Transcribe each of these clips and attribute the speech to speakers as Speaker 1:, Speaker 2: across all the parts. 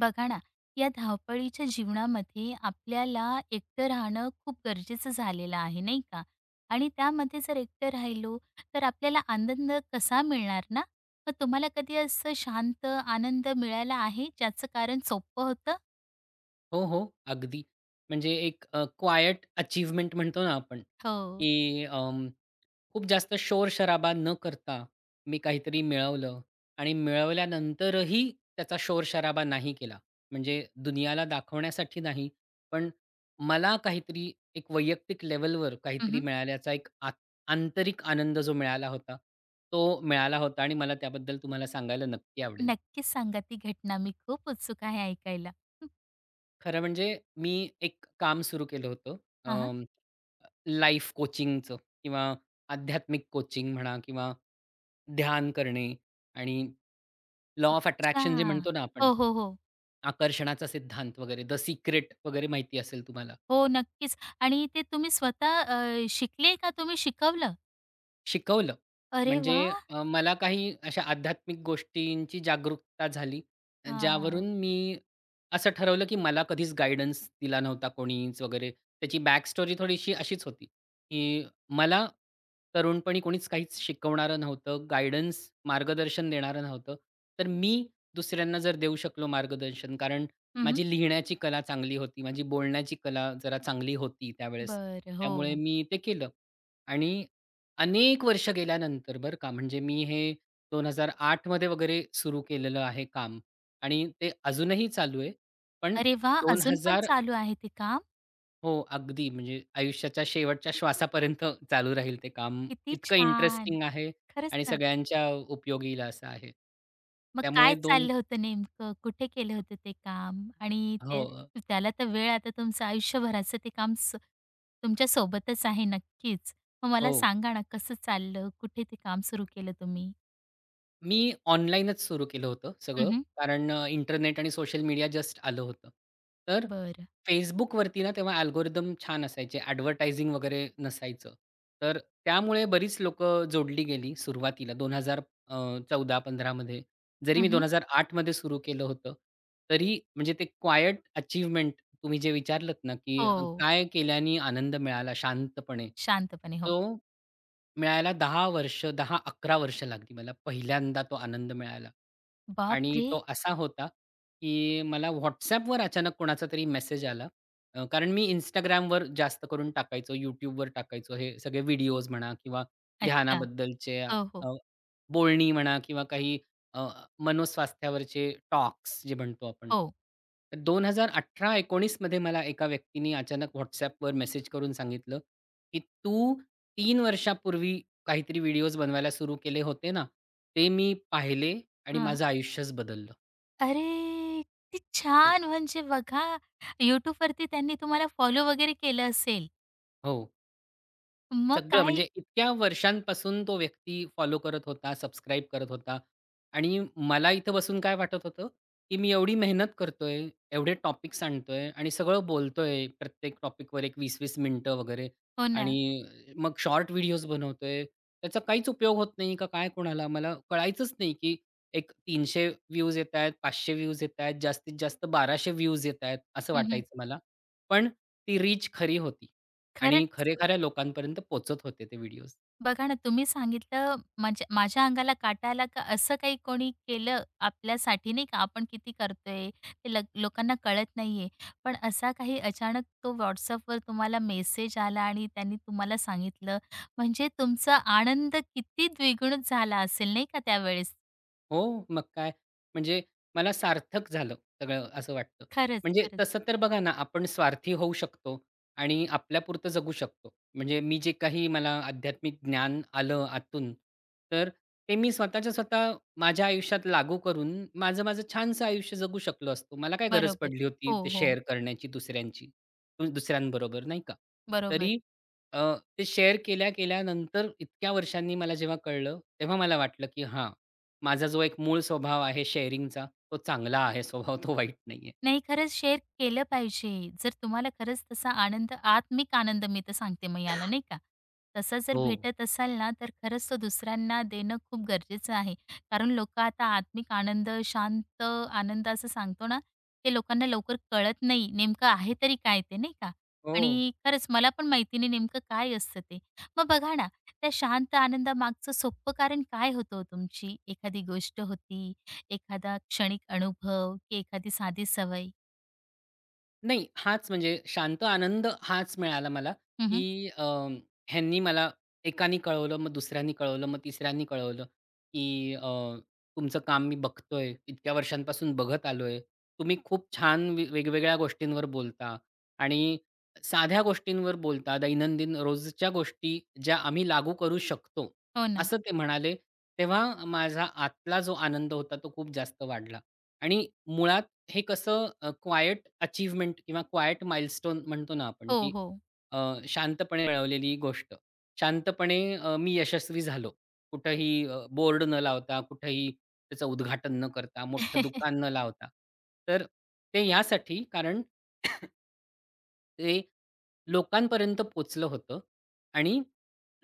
Speaker 1: बघा ना, या धावपळीच्या जीवनामध्ये आपल्याला एकटं राहणं खूप गरजेचं झालेलं आहे, नाही का? आणि त्यामध्ये जर एकटं राहिलो, तर आपल्याला आनंद कसा मिळणार ना? मग तुम्हाला कधी असं शांत आनंद मिळाला आहे, ज्याचं कारण सोपं होतं?
Speaker 2: हो, हो. अगदी. म्हणजे एक क्वायट अचीव्हमेंट म्हणतो ना आपण,
Speaker 1: हो.
Speaker 2: की खूप जास्त शोरशराबा न करता मी काहीतरी मिळवलं आणि मिळवल्यानंतरही त्याचा शोर शराबा नाही केला. म्हणजे दुनियाला दाखवण्यासाठी नाही, पण मला काहीतरी एक वैयक्तिक लेव्हलवर काहीतरी
Speaker 1: हं,
Speaker 2: मिळाल्याचा एक आंतरिक आनंद जो मिळाला होता, तो मिळाला होता आणि मला त्याबद्दल तुम्हाला सांगायला नक्की आवडेल.
Speaker 1: नक्कीच सांगा ती घटना. मी खूप उत्सुक आहे ऐकायला. हं.
Speaker 2: खरं म्हणजे मी एक काम सुरू केलं होतं. अं, लाईफ कोचिंगचं किंवा आध्यात्मिक कोचिंग म्हणा किंवा ध्यान करणे आणि लॉ ऑफ अट्रॅक्शन जे
Speaker 1: अच्छा.
Speaker 2: म्हणतो ना आपण,
Speaker 1: हो, हो, हो.
Speaker 2: आकर्षणाचा सिद्धांत वगैरे, द सीक्रेट वगैरे माहिती असेल तुम्हाला.
Speaker 1: हो, नक्कीच. आणि ते तुम्ही स्वतः शिकले का तुम्ही शिकवलं?
Speaker 2: शिकवलं.
Speaker 1: अरे
Speaker 2: म्हणजे
Speaker 1: वाह!
Speaker 2: मला काही अशा आध्यात्मिक गोष्टींची जागरूकता झाली, ज्यावरून
Speaker 1: हां.
Speaker 2: मी असं ठरवलं, की मला कधीच गाईडन्स दिला नव्हता कोणीच वगैरे. त्याची बॅक स्टोरी थोडीशी अशीच होती, की मला तरुणपणी कोणीच काहीच शिकवणारं नव्हतं, गाईडन्स, मार्गदर्शन देणारं नव्हतं. तर मी दुसऱ्यांना जर देऊ शकलो मार्गदर्शन, कारण
Speaker 1: हं,
Speaker 2: माझी लिहिण्याची कला चांगली होती, माझी बोलण्याची कला जरा चांगली होती त्यावेळेस.
Speaker 1: बर
Speaker 2: त्यामुळे
Speaker 1: हो.
Speaker 2: मी ते केलं आणि अनेक वर्ष गेल्यानंतर बरं का, म्हणजे मी हे 2008 मध्ये वगैरे सुरू केलेलं आहे काम आणि ते अजूनही चालू आहे. पण
Speaker 1: अरे वाह!
Speaker 2: दोन बरं.
Speaker 1: अजून पण
Speaker 2: हजार
Speaker 1: चालू आहे ते काम?
Speaker 2: हो, अगदी म्हणजे आयुष्याच्या शेवटच्या श्वासापर्यंत चालू राहील ते काम.
Speaker 1: किती
Speaker 2: इतकं
Speaker 1: छान.
Speaker 2: इंटरेस्टिंग आहे
Speaker 1: खरंच
Speaker 2: आणि
Speaker 1: ना.
Speaker 2: सगळ्यांच्या उपयोगीला असं आहे.
Speaker 1: मग
Speaker 2: त्यामुळे
Speaker 1: काय
Speaker 2: 2
Speaker 1: चाललं होतं नेमकं? कुठे केलं होतं ते काम? आणि ते
Speaker 2: हो,
Speaker 1: त्याला तर वेळ आता तुमचं आयुष्यभराचं ते काम स तुमच्या सोबतच आहे नक्कीच. मग
Speaker 2: हो.
Speaker 1: मला सांगा ना कसं चाललं? कुठे ते काम सुरू केलं तुम्ही?
Speaker 2: मी ऑनलाईनच सुरू केलं होतं सगळं.
Speaker 1: हं,
Speaker 2: कारण इंटरनेट आणि सोशल मीडिया जस्ट आलं होतं. तर
Speaker 1: बरं.
Speaker 2: Facebookवरती ना तेव्हा अल्गोरिदम छान असायचे. ॲडव्हर्टायझिंग वगैरे नसायचं. तर त्यामुळे बरीच लोक जोडली गेली सुरुवातीला 2000 अ, 14-15 जरी मी
Speaker 1: हं,
Speaker 2: 2008 मध्ये सुरू केलं होतं, तरी म्हणजे ते क्वायट अचीव्हमेंट तुम्ही जे विचारलत ना, की
Speaker 1: हो.
Speaker 2: काय केल्याने आनंद मिळाला शांतपणे,
Speaker 1: शांतपणे. हो.
Speaker 2: तो मिळायला दहा 11 वर्ष लागली मला पहिल्यांदा तो आनंद मिळायला. आणि
Speaker 1: बापरे!
Speaker 2: तो असा होता, की मला WhatsAppवर अचानक कोणाचा तरी मेसेज आला. कारण मी Instagramवर जास्त करून टाकायचो, YouTubeवर टाकायचो हे सगळे व्हिडिओज म्हणा किंवा
Speaker 1: अच्छा.
Speaker 2: ध्यानाबद्दलचे
Speaker 1: हो, हो.
Speaker 2: अ, बोलणी म्हणा किंवा काही अ, मनोस्वास्थ्यावरचे टॉक्स जे म्हणतो आपण.
Speaker 1: हो.
Speaker 2: तर 2018-19 मध्ये मला एका व्यक्तीनी अचानक WhatsAppवर मेसेज करून सांगितलं, की "तू 3 वर्षापूर्वी काहीतरी व्हिडिओज बनवायला सुरू केले होते ना, ते मी पाहिले आणि
Speaker 1: हां.
Speaker 2: माझं आयुष्यच बदललं."
Speaker 1: अरे! किती
Speaker 2: तर
Speaker 1: छान! म्हणजे बघा, YouTube वरती त्यांनी तुम्हाला फॉलो वगैरे केलं असेल.
Speaker 2: हो.
Speaker 1: मग
Speaker 2: सगळं
Speaker 1: काय
Speaker 2: म्हणजे इतक्या वर्षांपासून तो व्यक्ती फॉलो करत होता, सबस्क्राईब करत होता आणि मला इथं बसून काय वाटत होतं, की मी एवढी मेहनत करतोय, एवढे टॉपिक्स आणतोय आणि सगळं बोलतोय प्रत्येक टॉपिकवर एक 20-20 मिनिटं वगैरे
Speaker 1: हो ना.
Speaker 2: आणि मग शॉर्ट व्हिडिओज बनवतोय. त्याचा काहीच उपयोग होत नाही का काय कोणाला? मला कळायचंच नाही, की एक 300 व्ह्यूज येतायत, 500 व्ह्यूज येतायत, जास्तीत जास्त 1200 व्ह्यूज येतायत असं
Speaker 1: हं, हं.
Speaker 2: वाटायचं मला. पण ती रीच खरी होती. आणि
Speaker 1: खरंच
Speaker 2: खऱ्या-खऱ्या लोकांपर्यंत पोहचत होते ते व्हिडिओज.
Speaker 1: बघा ना, तुम्ही सांगितलं म्हणजे माझ्या अंगाला काटा आला का असं काही कोणी केलं आपल्यासाठी नाही का, आपण किती करतोय ते लक लोकांना कळत नाहीये. पण असा काही अचानक तो WhatsAppवर तुम्हाला मेसेज आला आणि त्यांनी तुम्हाला सांगितलं, म्हणजे तुमचा आनंद किती द्विगुणित झाला असेल नाही का त्यावेळेस.
Speaker 2: हो, मग काय. म्हणजे मला सार्थक झालं सगळं असं वाटतं.
Speaker 1: खरंच,
Speaker 2: म्हणजे
Speaker 1: खरंच.
Speaker 2: तसं तर बघा ना, आपण स्वार्थी होऊ शकतो आणि आपल्यापुरतं जगू शकतो. म्हणजे मी जे काही मला आध्यात्मिक ज्ञान आलं आतून, तर ते मी स्वतःच्या स्वतः माझ्या आयुष्यात लागू करून माझं छानसं आयुष्य जगू शकलो असतो. मला काय गरज
Speaker 1: बरोबर.
Speaker 2: पडली होती
Speaker 1: हो,
Speaker 2: ते
Speaker 1: हो.
Speaker 2: शेअर करण्याची दुसऱ्यांबरोबर नाही का?
Speaker 1: बरोबर.
Speaker 2: तरी अ, ते शेअर केल्या-केल्यानंतर इतक्या वर्षांनी मला जेव्हा कळलं, तेव्हा मला वाटलं की हां, माझा जो एक मूळ स्वभाव आहे शेअरिंगचा, तो चांगला आहे स्वभाव, तो वाईट नाहीये.
Speaker 1: नाही खरंच शेअर केलं पाहिजे. जर तुम्हाला खरंच तसा आनंद आत्मिक आनंद मी तर सांगते मग याला नाही का. तसा जर
Speaker 2: हो.
Speaker 1: भेटत असाल ना, तर खरंच तो दुसऱ्यांना देणं खूप गरजेचं आहे. कारण लोकं आता आत्मिक आनंद, शांत आनंद असं सांगतो ना, ते लोकांना लवकर कळत नाही. नेमकं आहे तरी काय ते नाही का?
Speaker 2: हो.
Speaker 1: आणि खरंच मला पण माहिती नाही नेमकं काय असतं ते. मग बघा ना, त्या शांत आनंदामागचं सोप्पं कारण काय होतं हो तुमची? एखादी गोष्ट होती? एखादा क्षणिक अनुभव की एखादी साधी सवय?
Speaker 2: नाही, हाच म्हणजे शांत आनंद हाच मिळाला मला,
Speaker 1: हं,
Speaker 2: की ह्यांनी मला एकानी कळवलं, मग दुसऱ्यानी कळवलं, मग तिसऱ्यांनी कळवलं, की तुमचं काम मी बघतोय, इतक्या वर्षांपासून बघत आलोय. तुम्ही खूप छान वेगवेगळ्या गोष्टींवर बोलता आणि साध्या गोष्टींवर बोलता, दैनंदिन रोजच्या गोष्टी ज्या आम्ही लागू करू शकतो,
Speaker 1: हो ना.
Speaker 2: असं ते म्हणाले. तेव्हा माझा आतला जो आनंद होता तो खूप जास्त वाढला आणि मुळात हे कसं क्वायट अचीव्हमेंट किंवा क्वायट माइलस्टोन म्हणतो ना आपण,
Speaker 1: हो,
Speaker 2: की
Speaker 1: हो.
Speaker 2: अ, शांतपणे मिळवलेली गोष्ट. शांतपणे मी यशस्वी झालो. कुठंही बोर्ड न लावता, कुठेही त्याचं उद्घाटन न करता, मोठं दुकान न लावता. तर ते यासाठी कारण ते लोकांपर्यंत पोचलं होतं आणि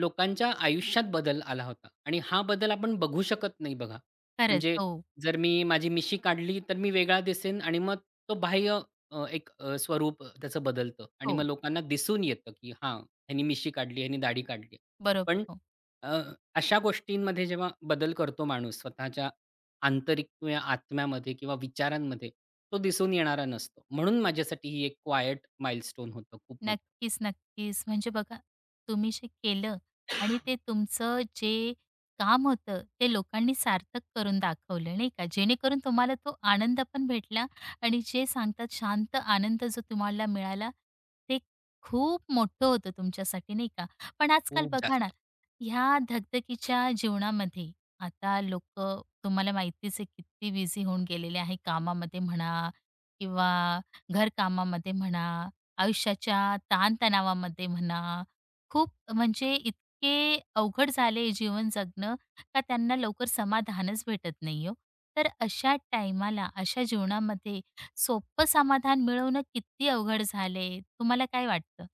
Speaker 2: लोकांच्या आयुष्यात बदल आला होता आणि हा बदल आपण बघू शकत नाही बघा.
Speaker 1: खरंच.
Speaker 2: म्हणजे
Speaker 1: हो,
Speaker 2: जर मी माझी मिशी काढली, तर मी वेगळा दिसेन आणि मग तो बाह्य स्वरूप त्याचं बदलतं आणि मग
Speaker 1: हो.
Speaker 2: लोकांना दिसून येतं, की हां, ह्यानी मिशी काढली, ह्यानी दाढी काढली.
Speaker 1: बरोबर.
Speaker 2: पण
Speaker 1: हो.
Speaker 2: अ, अशा गोष्टींमध्ये जेव्हा बदल करतो माणूस स्वतःच्या आंतरिक किंवा आत्म्यामध्ये किंवा विचारांमध्ये, तो दिसून येणारा नसतो. म्हणून माझ्यासाठी ही एक क्वायट माइलस्टोन होतं खूप मोठं.
Speaker 1: नक्कीच, नक्कीच. म्हणजे बघा, तुम्ही जे केलं आणि ते तुमचं जे काम होतं, ते लोकांनी सार्थक करून दाखवलं, नाही का? जेणेकरून तुम्हाला तो आनंद पण भेटला आणि जे सांगतात शांत आनंद जो तुम्हाला मिळाला, ते खूप मोठं होतं तुमच्यासाठी, नाही का? पण आजकाल
Speaker 2: खूप
Speaker 1: बघा ना,
Speaker 2: जास्त.
Speaker 1: ह्या धगधकीच्या जीवनामध्ये आता लोकं तुम्हाला माहितीच आहे किती बिझी होऊन गेलेले आहे कामामध्ये म्हणा किंवा घरकामामध्ये म्हणा. आयुष्याच्या ताणतणावामध्ये म्हणा, खूप म्हणजे इतके अवघड झाले जीवन जगणं, का त्यांना लवकर समाधानच भेटत नाही हो. तर अशा टाईमाला, अशा जीवनामध्ये सोपं समाधान मिळवणं किती अवघड झाले, तुम्हाला काय वाटतं?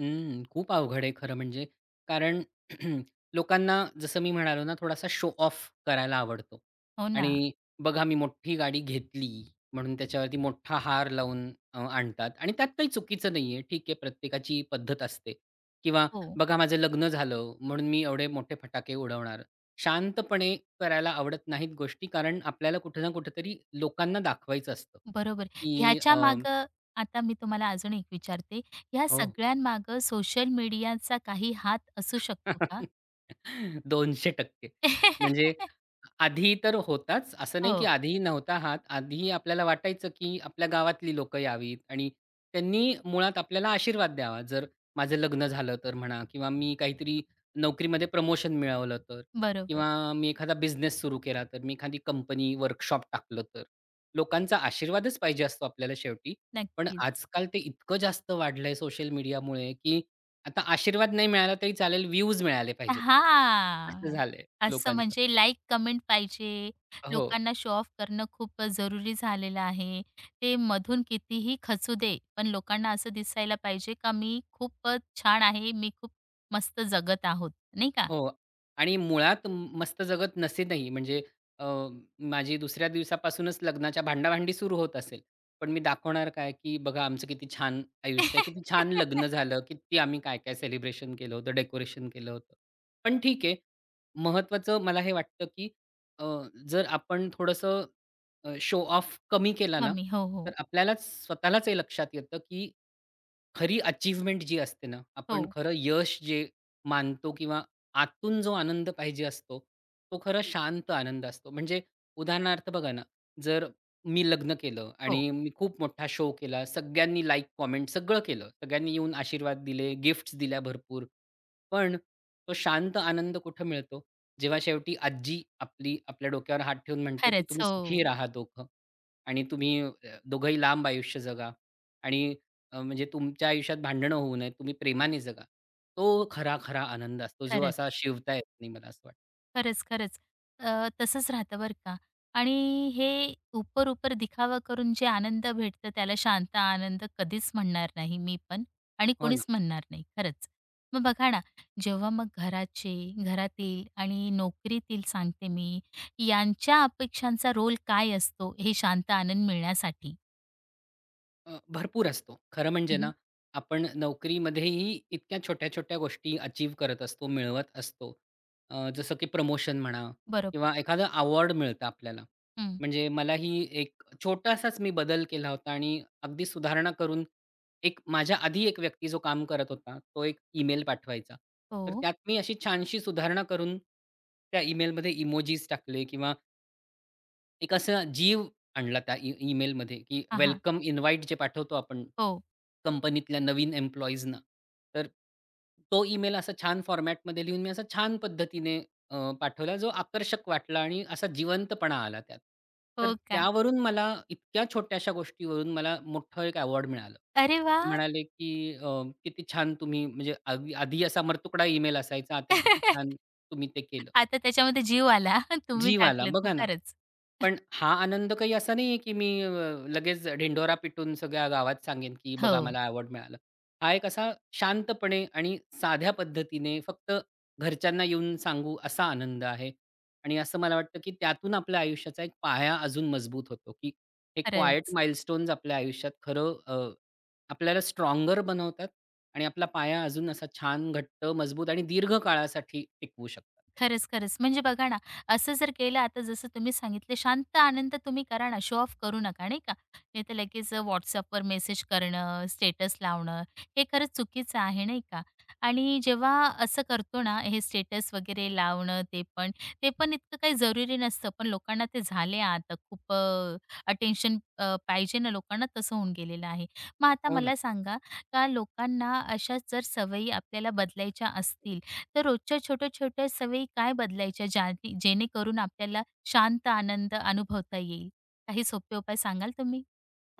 Speaker 2: हं, खूप अवघड आहे खरं म्हणजे. कारण लोकांना जसं मी म्हणालो ना, थोडासा शो ऑफ करायला आवडतो
Speaker 1: हो ना.
Speaker 2: आणि बघा मी मोठी गाडी घेतली म्हणून त्याच्यावरती मोठा हार लावून आणतात आणि त्यात काही चुकीचं नाही आहे. ठीक आहे, प्रत्येकाची पद्धत असते किंवा
Speaker 1: हो,
Speaker 2: बघा माझं लग्न झालं म्हणून मी एवढे मोठे फटाके उडवणार. शांतपणे करायला आवडत नाहीत गोष्टी कारण आपल्याला कुठे ना कुठेतरी लोकांना दाखवायचं असतं,
Speaker 1: बरोबर.
Speaker 2: की
Speaker 1: ह्याच्या मागं आता मी तुम्हाला अजून एक विचारते, ह्या
Speaker 2: हो.
Speaker 1: सगळ्यांमागं सोशल मीडियाचा काही हात असू शकतो का?
Speaker 2: दोनशे टक्के, म्हणजे आधी तर होताच. असं नाही की
Speaker 1: हो,
Speaker 2: आधीही नव्हता हात. आधी आपल्याला वाटायचं की आपल्या गावातली लोकं यावीत आणि त्यांनी मुळात आपल्याला आशीर्वाद द्यावा. जर माझं लग्न झालं तर म्हणा किंवा मी काहीतरी नोकरीमध्ये प्रमोशन मिळवलं तर
Speaker 1: बरोबर.
Speaker 2: किंवा मी एखादा बिझनेस सुरू केला तर, मी एखादी कंपनी, वर्कशॉप टाकलं तर. लोकांचा आशीर्वादच पाहिजे असतो आपल्याला शेवटी. पण
Speaker 1: नक्कीच.
Speaker 2: आजकाल ते इतकं जास्त वाढलंय सोशल मीडियामुळे की आता आशीर्वाद नाही मिळाला तरी चालेल, व्ह्यूज मिळाले पाहिजेत. असं
Speaker 1: हां.
Speaker 2: झालंय
Speaker 1: असं
Speaker 2: लोकांचं.
Speaker 1: म्हणजे लाइक, कमेंट पाहिजे.
Speaker 2: हो.
Speaker 1: लोकांना शो ऑफ करणं खूप जरुरी झालेलं आहे. ते मधून कितीही खचू दे, पण लोकांना असं दिसायला पाहिजे का मी खूप छान आहे, मी खूप मस्त जगत आहोत, नाही का?
Speaker 2: हो. आणि मुळात मस्त जगत नसेनही म्हणजे अ, माझी दुसऱ्या दिवसापासूनच लग्नाच्या भांडाभांडी सुरू होत असेल. पण मी दाखवणार काय, की बघा आमचं किती छान आयुष्य आहे, किती छान लग्न झालं, किती आम्ही काय-काय सेलिब्रेशन केलं होतं, डेकोरेशन केलं होतं. पण ठीक आहे. महत्त्वाचं मला हे वाटतं, की अ, जर आपण थोडंसं शो ऑफ कमी केला ना,
Speaker 1: मम्मी. हो,
Speaker 2: तर
Speaker 1: हो.
Speaker 2: आपल्यालाच स्वतःलाच हे लक्षात येतं, की खरी अचीवमेंट जी असते ना, आपण
Speaker 1: हो,
Speaker 2: खरं यश जे मानतो किंवा आतून जो आनंद पाहिजे असतो, तो खरा शांत आनंद असतो. म्हणजे उदाहरणार्थ बघा ना, जर मी लग्न केलं
Speaker 1: हो.
Speaker 2: आणि मी खूप मोठा शो केला, सगळ्यांनी लाइक, कमेंट सगळं केलं. सगळ्यांनी येऊन आशीर्वाद दिले, गिफ्ट्स दिल्या भरपूर. पण तो शांत आनंद कुठं मिळतो? जेव्हा शेवटी आजी आपली आपल्या डोक्यावर हात ठेवून म्हणते, की
Speaker 1: खरंच.
Speaker 2: "तुम्ही
Speaker 1: हो.
Speaker 2: सुखी राहा दोघं आणि तुम्ही दोघंही लांब आयुष्य जगा." आणि म्हणजे तुमच्या आयुष्यात भांडणं होऊ नयेत, तुम्ही प्रेमाने जगा. तो खरा-खरा आनंद असतो, जो असा
Speaker 1: खरंच.
Speaker 2: शिवता येत नाही, मला असं वाटतं.
Speaker 1: खरंच, खरंच. अ, तसंच राहतं बरं का. आणि हे उपर-उपर दिखावा करून जे आनंद भेटतं त्याला शांत आनंद कधीच म्हणणार नाही मी पण आणि
Speaker 2: हो
Speaker 1: कोणीच म्हणणार नाही खरंच. मग बघा ना, जेव्हा मग घराचे, घरातील आणि नोकरीतील सांगते मी, यांच्या अपेक्षांचा रोल काय असतो हे शांत आनंद मिळण्यासाठी?
Speaker 2: भरपूर असतो. खरं म्हणजे ना,
Speaker 1: हं,
Speaker 2: आपण नोकरीमध्येही इतक्या छोट्या-छोट्या गोष्टी अचीव करत असतो, मिळवत असतो. जसं की प्रमोशन म्हणा
Speaker 1: बरोबर.
Speaker 2: किंवा एखादं अवॉर्ड मिळतं आपल्याला.
Speaker 1: हं.
Speaker 2: म्हणजे मलाही एक छोटासाच मी बदल केला होता आणि अगदी सुधारणा करून एक माझ्या आधी एक व्यक्ती जो काम करत होता, तो एक ईमेल पाठवायचा. तर
Speaker 1: हो.
Speaker 2: त्यात मी अशी छानशी सुधारणा करून त्या ईमेलमध्ये इमोजीस टाकले किंवा एक असा जीव आणला त्या ईमेलमध्ये, की
Speaker 1: हां,
Speaker 2: वेलकम इन्व्हाईट जे पाठवतो आपण
Speaker 1: हो.
Speaker 2: कंपनीतल्या नवीन एम्प्लॉईजना. तर तो ईमेल असा छान फॉर्मॅटमध्ये लिहून मी असा छान पद्धतीने पाठवला, जो आकर्षक वाटला आणि असा जिवंतपणा आला त्यात. तर
Speaker 1: हो का?
Speaker 2: त्यावरून मला इतक्या छोट्याशा गोष्टीवरून मला मोठं एक अवॉर्ड मिळालं.
Speaker 1: अरे
Speaker 2: ते
Speaker 1: वाह!
Speaker 2: म्हणाले, की "किती छान तुम्ही" म्हणजे आधी आधी असा मरतुकडा ईमेल असायचा, आता किती छान तुम्ही ते केलं.
Speaker 1: आता त्याच्यामध्ये जीव आला. तुम्ही
Speaker 2: जीव आला
Speaker 1: टाकलं तू
Speaker 2: बघा ना.
Speaker 1: खरंच.
Speaker 2: पण हा आनंद काही असा नाहीये, की मी लगेच ढिंढोरा पिटून सगळ्या गावात सांगेन, की
Speaker 1: हो.
Speaker 2: बघा मला अवॉर्ड मिळालं. हा एक असा शांतपणे आणि साध्या पद्धतीने फक्त घरच्यांना येऊन सांगू असा आनंद आहे. आणि असं मला वाटतं, की त्यातून आपल्या आयुष्याचा एक पाया अजून मजबूत होतो, की हे क्वायट
Speaker 1: खरंच.
Speaker 2: माइलस्टोन्स आपल्या आयुष्यात आपल्याला स्ट्राँगर बनवतात आणि आपला पाया अजून असा छान घट्ट, मजबूत आणि दीर्घ काळासाठी टिकवू शकतात.
Speaker 1: खरंच, खरंच. म्हणजे बघा ना, असं जर केलं आता जसं तुम्ही सांगितले शांत आनंद तुम्ही करा ना, शो ऑफ करू नका, नाही का? नाहीतर लगेच WhatsAppवर मेसेज करणं, स्टेटस लावणं, हे खरंच चुकीचं आहे, नाही का? आणि जेव्हा असं करतो ना, हे स्टेटस वगैरे लावणं, ते पण इतकं काही जरुरी नसतं, पण लोकांना ते झाले आता खूप अटेन्शन पाहिजे ना लोकांना, तसं होऊन गेलेलं आहे. मग आता
Speaker 2: हो ना.
Speaker 1: मला सांगा, का लोकांना अशा जर सवयी आपल्याला बदलायच्या असतील तर रोजच्या छोट्या-छोट्या सवयी काय बदलायच्या ज्या जेणेकरून आपल्याला शांत आनंद अनुभवता येईल? काही सोपे उपाय सांगाल तुम्ही?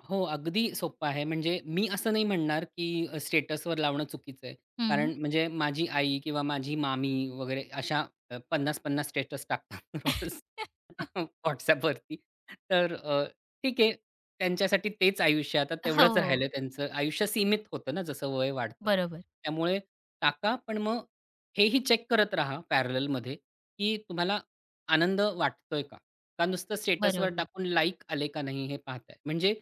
Speaker 2: हो, अगदी सोप्पं आहे. म्हणजे मी असं नाही म्हणणार, की स्टेटसवर लावणं चुकीचं आहे.
Speaker 1: हं.
Speaker 2: कारण म्हणजे माझी आई किंवा माझी मामी वगैरे अशा 50-50 स्टेटस टाकतात रोज WhatsAppवरती. तर ठीक आहे. त्यांच्यासाठी तेच आयुष्य आता तेवढंच राहिलं
Speaker 1: हो.
Speaker 2: त्यांचं. आयुष्य सीमित होतं ना जसं वय वाढतं.
Speaker 1: बरोबर,
Speaker 2: त्यामुळे टाका, पण मग हेही चेक करत राहा पॅरललमध्ये, की तुम्हाला आनंद वाटतोय का? का नुसतं स्टेटसवर
Speaker 1: बरोबर.
Speaker 2: टाकून लाइक आले का नाही हे पाहताय? म्हणजे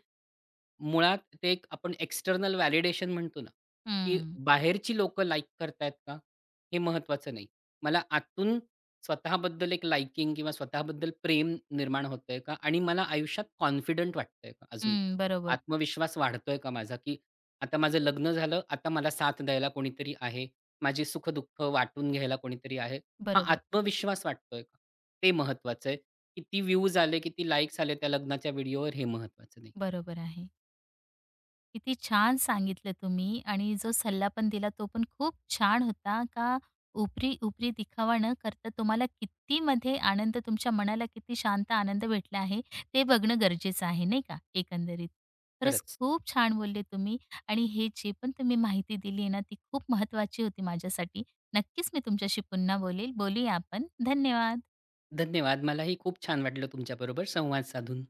Speaker 2: मुळात ते एक आपण एक्स्टर्नल व्हॅलिडेशन म्हणतो ना, की
Speaker 1: हं.
Speaker 2: बाहेरची लोकं लाइक करतायत का? हे महत्त्वाचं नाही. मला आतून स्वतःबद्दल एक लाइकिंग किंवा स्वतःबद्दल प्रेम निर्माण होतंय का? आणि मला आयुष्यात कॉन्फिडंट वाटतंय का अजून?
Speaker 1: हं. बरोबर,
Speaker 2: आत्मविश्वास वाढतोय का माझा? की आता माझं लग्न झालं, आता मला साथ द्यायला कोणीतरी आहे. माझी सुख वाटून घ्यायला कोणीतरी आहे. हा
Speaker 1: बरोबर,
Speaker 2: आत्मविश्वास वाटतोय का? ते महत्त्वाचं आहे. किती व्ह्यूज आले, किती लाइक्स आले त्या लग्नाच्या व्हिडिओवर हे महत्त्वाचं नाही.
Speaker 1: बरोबर आहे. किती छान सांगितलं तुम्ही आणि जो सल्ला पण दिला तो पण खूप छान होता का उपरी उपरी दिखावा न करता तुम्हाला किती मध्ये आनंद तुमच्या मनाला किती शांत आनंद भेटला आहे ते बघणं गरजेचं आहे नाही का एकंदरीत खरंच
Speaker 2: खरंच.
Speaker 1: खूप छान बोलले तुम्ही आणि हे जे पण तुम्ही माहिती दिली आहे ना ती खूप महत्वाची होती माझ्यासाठी नक्कीच मी तुमच्याशी पुन्हा बोलेल बोलूया आपण धन्यवाद
Speaker 2: धन्यवाद. मलाही खूप छान वाटलं तुमच्याबरोबर संवाद साधून.